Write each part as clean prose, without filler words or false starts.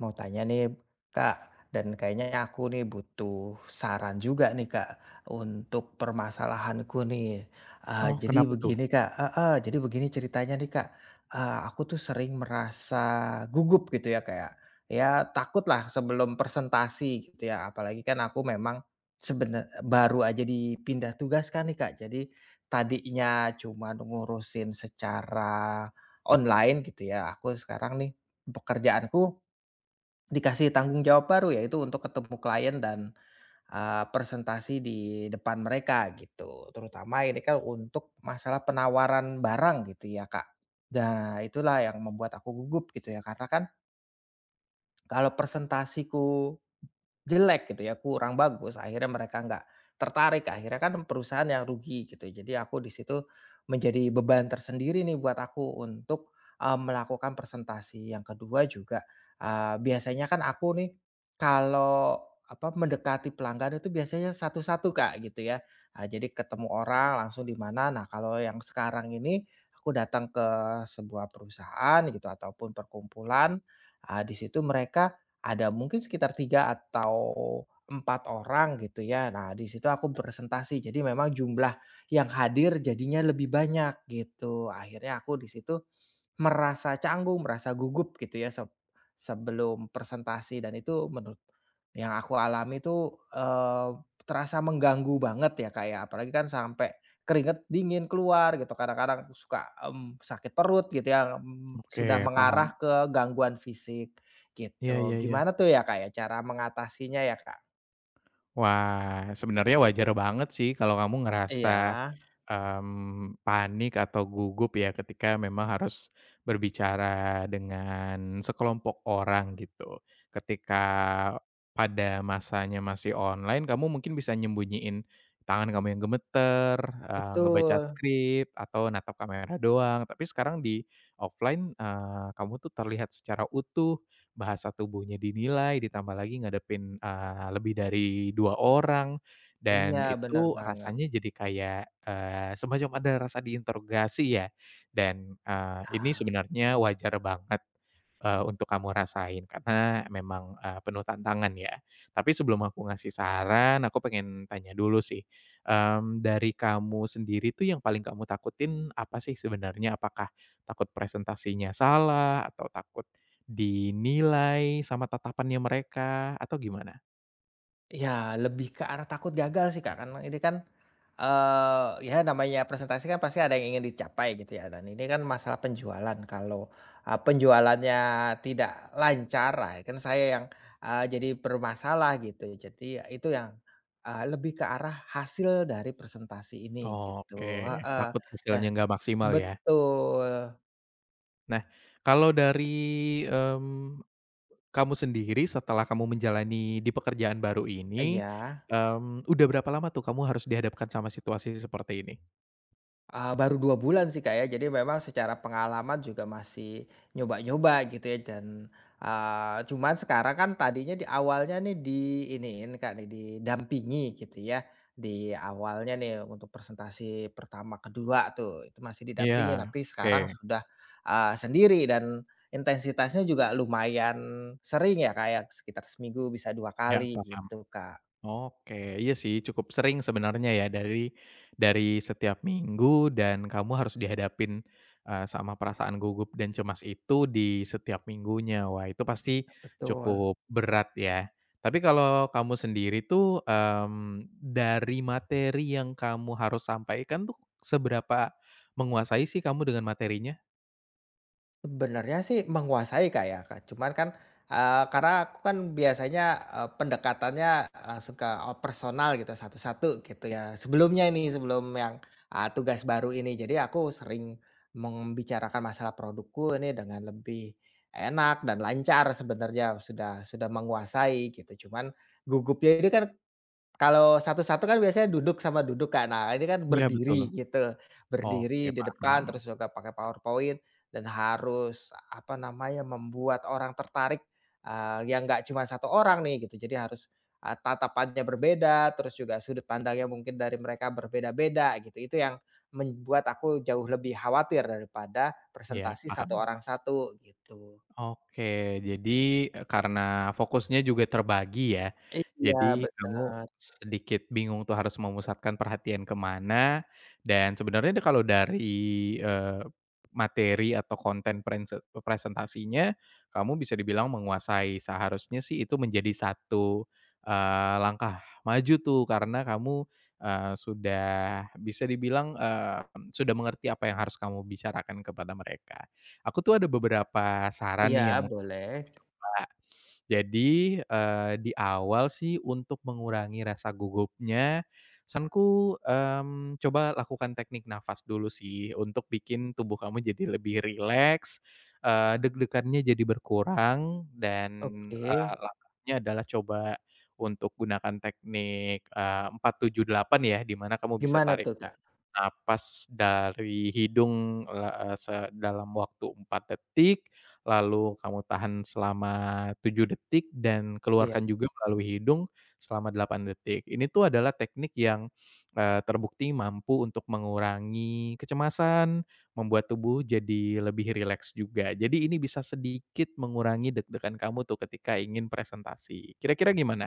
Mau tanya nih Kak, dan kayaknya aku nih butuh saran juga nih Kak, untuk permasalahanku nih. Eee, Oh, jadi kenapa tuh? begini Kak, heeh, jadi begini ceritanya nih Kak, aku tuh sering merasa gugup gitu ya, kayak, ya takut lah sebelum presentasi gitu ya. Apalagi kan aku memang sebenar baru aja dipindah tugas kan nih Kak. Jadi tadinya cuma ngurusin secara online gitu ya, aku sekarang nih pekerjaanku dikasih tanggung jawab baru, yaitu untuk ketemu klien dan, presentasi di depan mereka gitu. Terutama ini kan untuk masalah penawaran barang gitu ya, Kak. Nah, itulah yang membuat aku gugup gitu ya, karena kan kalau presentasiku jelek gitu ya, kurang bagus, akhirnya mereka nggak tertarik, akhirnya kan perusahaan yang rugi gitu. Jadi aku di situ menjadi beban tersendiri nih buat aku untuk, melakukan presentasi. Yang kedua juga, biasanya kan aku nih kalau, apa, mendekati pelanggan itu biasanya satu-satu, Kak, gitu ya. Jadi ketemu orang langsung di mana. Nah, kalau yang sekarang ini aku datang ke sebuah perusahaan gitu ataupun perkumpulan, di situ mereka ada mungkin sekitar 3 atau 4 orang gitu ya. Nah, di situ aku presentasi, jadi memang jumlah yang hadir jadinya lebih banyak gitu. Akhirnya aku di situ merasa canggung, merasa gugup gitu ya, sebelum presentasi. Dan itu menurut yang aku alami itu, eee, terasa mengganggu banget ya, kayak apalagi kan sampai keringat dingin keluar gitu, kadang-kadang suka, mmm, sakit perut gitu ya, mmm, sudah Oke, paham. mengarah ke gangguan fisik Iya, gitu. iya, iya. Gimana tuh ya, kayak cara mengatasinya ya, Kak? Wah, sebenarnya wajar banget sih kalau kamu Iya, ngerasa panik atau gugup ya ketika memang harus berbicara dengan sekelompok orang gitu. Ketika pada masanya masih online kamu mungkin bisa nyembunyiin tangan kamu yang gemeter, ngebaca betul. skrip atau natap kamera doang, tapi sekarang di offline, kamu tuh terlihat secara utuh, bahasa tubuhnya dinilai, ditambah lagi ngadepin, lebih dari 2 orang. Iya, Dan benar itu banget. rasanya jadi kayak, semacam ada rasa diinterogasi ya, dan, ini Nah, sebenarnya wajar banget, untuk kamu rasain karena memang, penuh tantangan ya. Tapi sebelum aku ngasih saran, aku pengen tanya dulu sih, dari kamu sendiri tuh yang paling kamu takutin apa sih sebenarnya? Apakah takut presentasinya salah, atau takut dinilai sama tatapannya mereka, atau gimana? iya, lebih ke arah takut gagal sih, Kak, karena ini kan, ya namanya presentasi kan pasti ada yang ingin dicapai gitu ya, dan ini kan masalah penjualan. Kalau, penjualannya tidak lancar, ah, kan saya yang, jadi bermasalah gitu. Jadi ya, itu yang, lebih ke arah hasil dari presentasi ini Oke, gitu, heeh, takut dan hasilnya nggak maksimal ya. betul, Nah, kalau dari, mmm, kamu sendiri setelah kamu menjalani di pekerjaan baru ini, iya. Udah berapa lama tuh kamu harus dihadapkan sama situasi seperti ini? Baru 2 bulan sih, Kak, ya. Jadi memang secara pengalaman juga masih nyoba-nyoba gitu ya dan, cuman sekarang kan tadinya di awalnya nih di diiniin, Kak, nih didampingi gitu ya. Di awalnya nih untuk presentasi pertama, kedua tuh itu masih didampingi, Iya, tapi oke, sekarang sudah, sendiri dan intensitasnya juga lumayan sering ya, kayak sekitar seminggu bisa dua ya kali paham. gitu, Kak. Oke, iya sih cukup sering sebenarnya ya dari dari setiap minggu dan kamu harus dihadapin, sama perasaan gugup dan cemas itu di setiap minggunya. Wah, itu pasti Betul. cukup berat ya. Tapi kalau kamu sendiri tuh, dari materi yang kamu harus sampaikan tuh seberapa menguasai sih kamu dengan materinya? Sebenarnya sih menguasai Kak ya, Kak. Cuman kan, karena aku kan biasanya, pendekatannya langsung ke personal gitu, satu-satu gitu ya. Sebelumnya ini, sebelum yang, tugas baru ini. Jadi aku sering membicarakan masalah produkku ini dengan lebih enak dan lancar sebenarnya, sudah menguasai gitu. Cuman gugupnya ini kan kalau satu-satu kan biasanya duduk sama duduk, Kak. Nah, ini kan Iya, betul. berdiri gitu, berdiri Oke, di depan paham. terus juga pakai PowerPoint dan harus, apa namanya, membuat orang tertarik, yang nggak cuma satu orang nih gitu. Jadi harus, tatapannya berbeda, terus juga sudut pandangnya mungkin dari mereka berbeda-beda gitu. Itu yang membuat aku jauh lebih khawatir daripada Ya presentasi satu paham. orang satu gitu. Oke, jadi, karena fokusnya juga terbagi ya, Iya jadi kamu benar. sedikit bingung tuh harus memusatkan perhatian kemana. Dan sebenarnya deh kalau dari, materi atau konten presentasinya, kamu bisa dibilang menguasai. Seharusnya sih itu menjadi satu, langkah maju tuh karena kamu, sudah bisa dibilang, sudah mengerti apa yang harus kamu bicarakan kepada mereka. Aku tuh ada beberapa saran nih yang Iya mau boleh. Kak. Jadi, di awal sih untuk mengurangi rasa gugupnya, saranku, coba lakukan teknik nafas dulu sih untuk bikin tubuh kamu jadi lebih rileks, deg-degannya jadi berkurang dan, Oke. Langkahnya adalah coba untuk gunakan teknik, 4, 7, 8 ya, di mana kamu bisa Gimana tarik tuh, Kak? napas dari hidung, eee, se dalam waktu 4 detik, lalu kamu tahan selama 7 detik, dan Iya. keluarkan juga melalui hidung selama 8 detik. Ini tuh adalah teknik yang, terbukti mampu untuk mengurangi kecemasan, membuat tubuh jadi lebih rileks juga. Jadi ini bisa sedikit mengurangi deg-degan kamu tuh ketika ingin presentasi. Kira-kira gimana?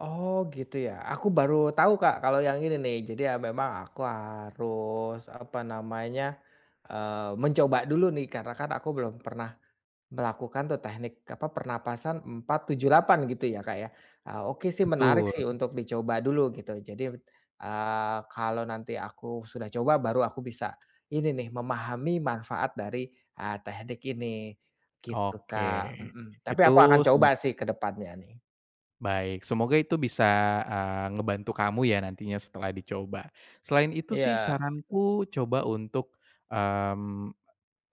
Oh gitu ya, aku baru tahu Kak kalau yang ini nih. Jadi ya memang aku harus apa namanya, mencoba dulu nih karena kan aku belum pernah melakukan tuh teknik apa pernapasan 4 7 8 gitu ya Kak ya. Oke sih, menarik Betul. sih untuk dicoba dulu gitu. Jadi, kalau nanti aku sudah coba baru aku bisa ini nih memahami manfaat dari, teknik ini gitu Oke. Kak, mhm. Tapi Itu aku akan coba sih ke depannya nih. Baik, semoga itu bisa, ngebantu kamu ya nantinya setelah dicoba. Selain itu sih Iya. saranku coba untuk, mmm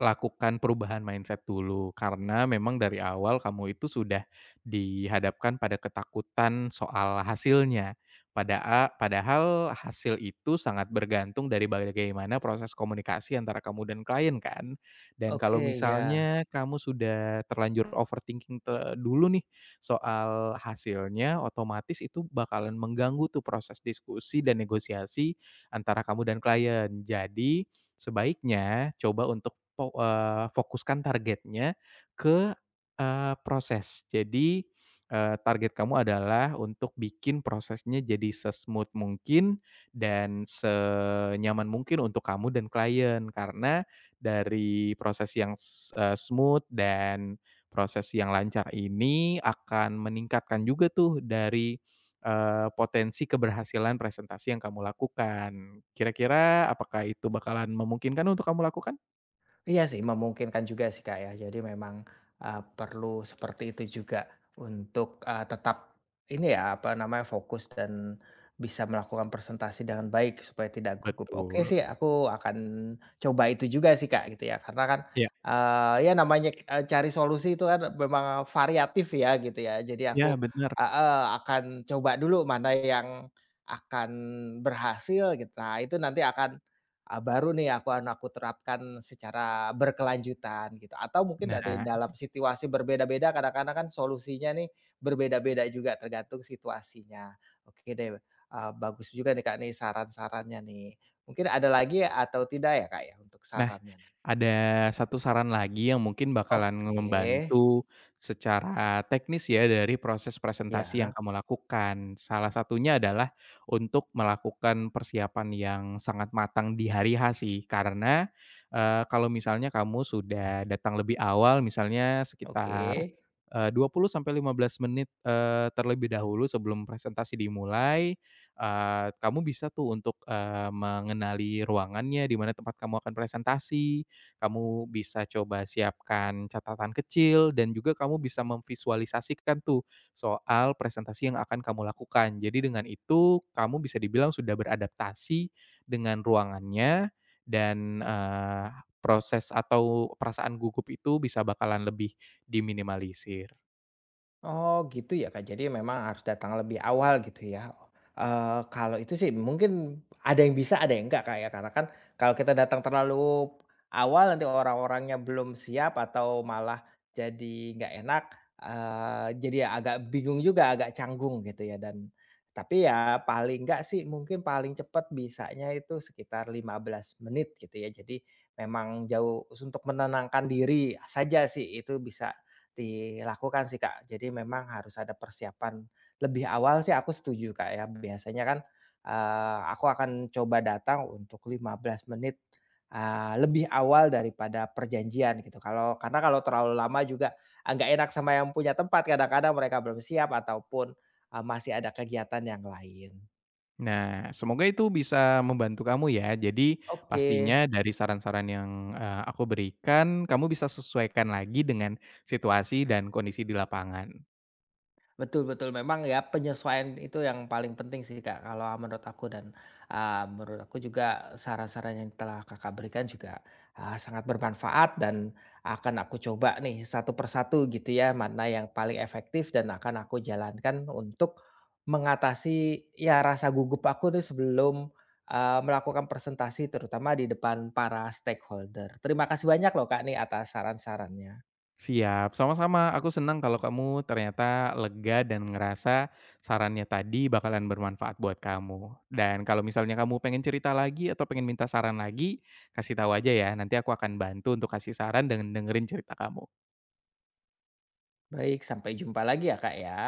Lakukan perubahan mindset dulu, karena memang dari awal kamu itu sudah dihadapkan pada ketakutan soal hasilnya. Padahal hasil itu sangat bergantung dari bagaimana proses komunikasi antara kamu dan klien kan. Dan kalau Oke, ya. misalnya kamu sudah terlanjur overthinking dulu nih soal hasilnya, otomatis itu bakalan mengganggu tuh proses diskusi dan negosiasi antara kamu dan klien. Jadi, sebaiknya coba untuk fokuskan targetnya ke, proses. Jadi, target kamu adalah untuk bikin prosesnya jadi se-smooth mungkin dan senyaman mungkin untuk kamu dan klien. Karena dari proses yang smooth dan proses yang lancar ini akan meningkatkan juga tuh dari, potensi keberhasilan presentasi yang kamu lakukan. Kira-kira apakah itu bakalan memungkinkan untuk kamu lakukan? Iya sih, memungkinkan juga sih, Kak, ya. Jadi memang, perlu seperti itu juga untuk, tetap ini ya, apa namanya, fokus dan bisa melakukan presentasi dengan baik supaya tidak gugup. Oke Betul. sih, aku akan coba itu juga sih, Kak, gitu ya. Karena kan, Iya, ya namanya, cari solusi itu kan memang variatif ya, gitu ya. Jadi iya, aku, bener. heeh, akan coba dulu mana yang akan berhasil gitu. Nah, itu nanti akan, ah, baru nih aku akan aku terapkan secara berkelanjutan gitu, atau mungkin dari Nah, dalam situasi berbeda-beda. Kadang-kadang kan solusinya nih berbeda-beda juga tergantung situasinya. Oke deh, bagus juga nih Kak nih saran-sarannya nih. Mungkin ada lagi atau tidak ya Kak ya untuk sarannya nih? ada satu saran lagi yang mungkin bakalan Oke, membantu secara teknis ya dari proses presentasi yang ya, kamu lakukan. Salah satunya adalah untuk melakukan persiapan yang sangat matang di hari H sih. Karena, kalau misalnya kamu sudah datang lebih awal misalnya oke. sekitar, 20 sampai 15 menit, terlebih dahulu sebelum presentasi dimulai, kamu bisa tuh untuk, mengenali ruangannya, di mana tempat kamu akan presentasi. Kamu bisa coba siapkan catatan kecil dan juga kamu bisa memvisualisasikan tuh soal presentasi yang akan kamu lakukan. Jadi dengan itu kamu bisa dibilang sudah beradaptasi dengan ruangannya dan, proses atau perasaan gugup itu bisa bakalan lebih diminimalisir. Oh gitu ya Kak, jadi memang harus datang lebih awal gitu ya? Kalau itu sih mungkin ada yang bisa ada yang enggak Kak ya, karena kan kalau kita datang terlalu awal nanti orang-orangnya belum siap atau malah jadi nggak enak, jadi ya agak bingung juga, agak canggung gitu ya. Dan tapi ya paling enggak sih mungkin paling cepat bisanya itu sekitar 15 menit gitu ya. Jadi memang jauh untuk menenangkan diri saja sih itu bisa dilakukan sih, Kak. Jadi memang harus ada persiapan lebih awal sih, aku setuju, Kak, ya. Biasanya kan, aku akan coba datang untuk 15 menit, lebih awal daripada perjanjian gitu. Kalau karena kalau terlalu lama juga, nggak enak sama yang punya tempat, kadang-kadang mereka belum siap ataupun, masih ada kegiatan yang lain. Nah, semoga itu bisa membantu kamu ya. Jadi Oke. pastinya dari saran-saran yang, aku berikan kamu bisa sesuaikan lagi dengan situasi dan kondisi di lapangan. Betul betul, memang ya penyesuaian itu yang paling penting sih Kak, kalau menurut aku. Dan, menurut aku juga saran-saran yang telah Kakak berikan juga, sangat bermanfaat dan akan aku coba nih satu persatu gitu ya, mana yang paling efektif dan akan aku jalankan untuk mengatasi ya rasa gugup aku nih sebelum, melakukan presentasi terutama di depan para stakeholder. Terima kasih banyak loh Kak nih atas saran-sarannya. Siap, sama-sama. Aku senang kalau kamu ternyata lega dan ngerasa sarannya tadi bakalan bermanfaat buat kamu. Dan kalau misalnya kamu pengen cerita lagi atau pengen minta saran lagi, kasih tahu aja ya. Nanti aku akan bantu untuk kasih saran dan dengerin cerita kamu. Baik, sampai jumpa lagi ya Kak ya.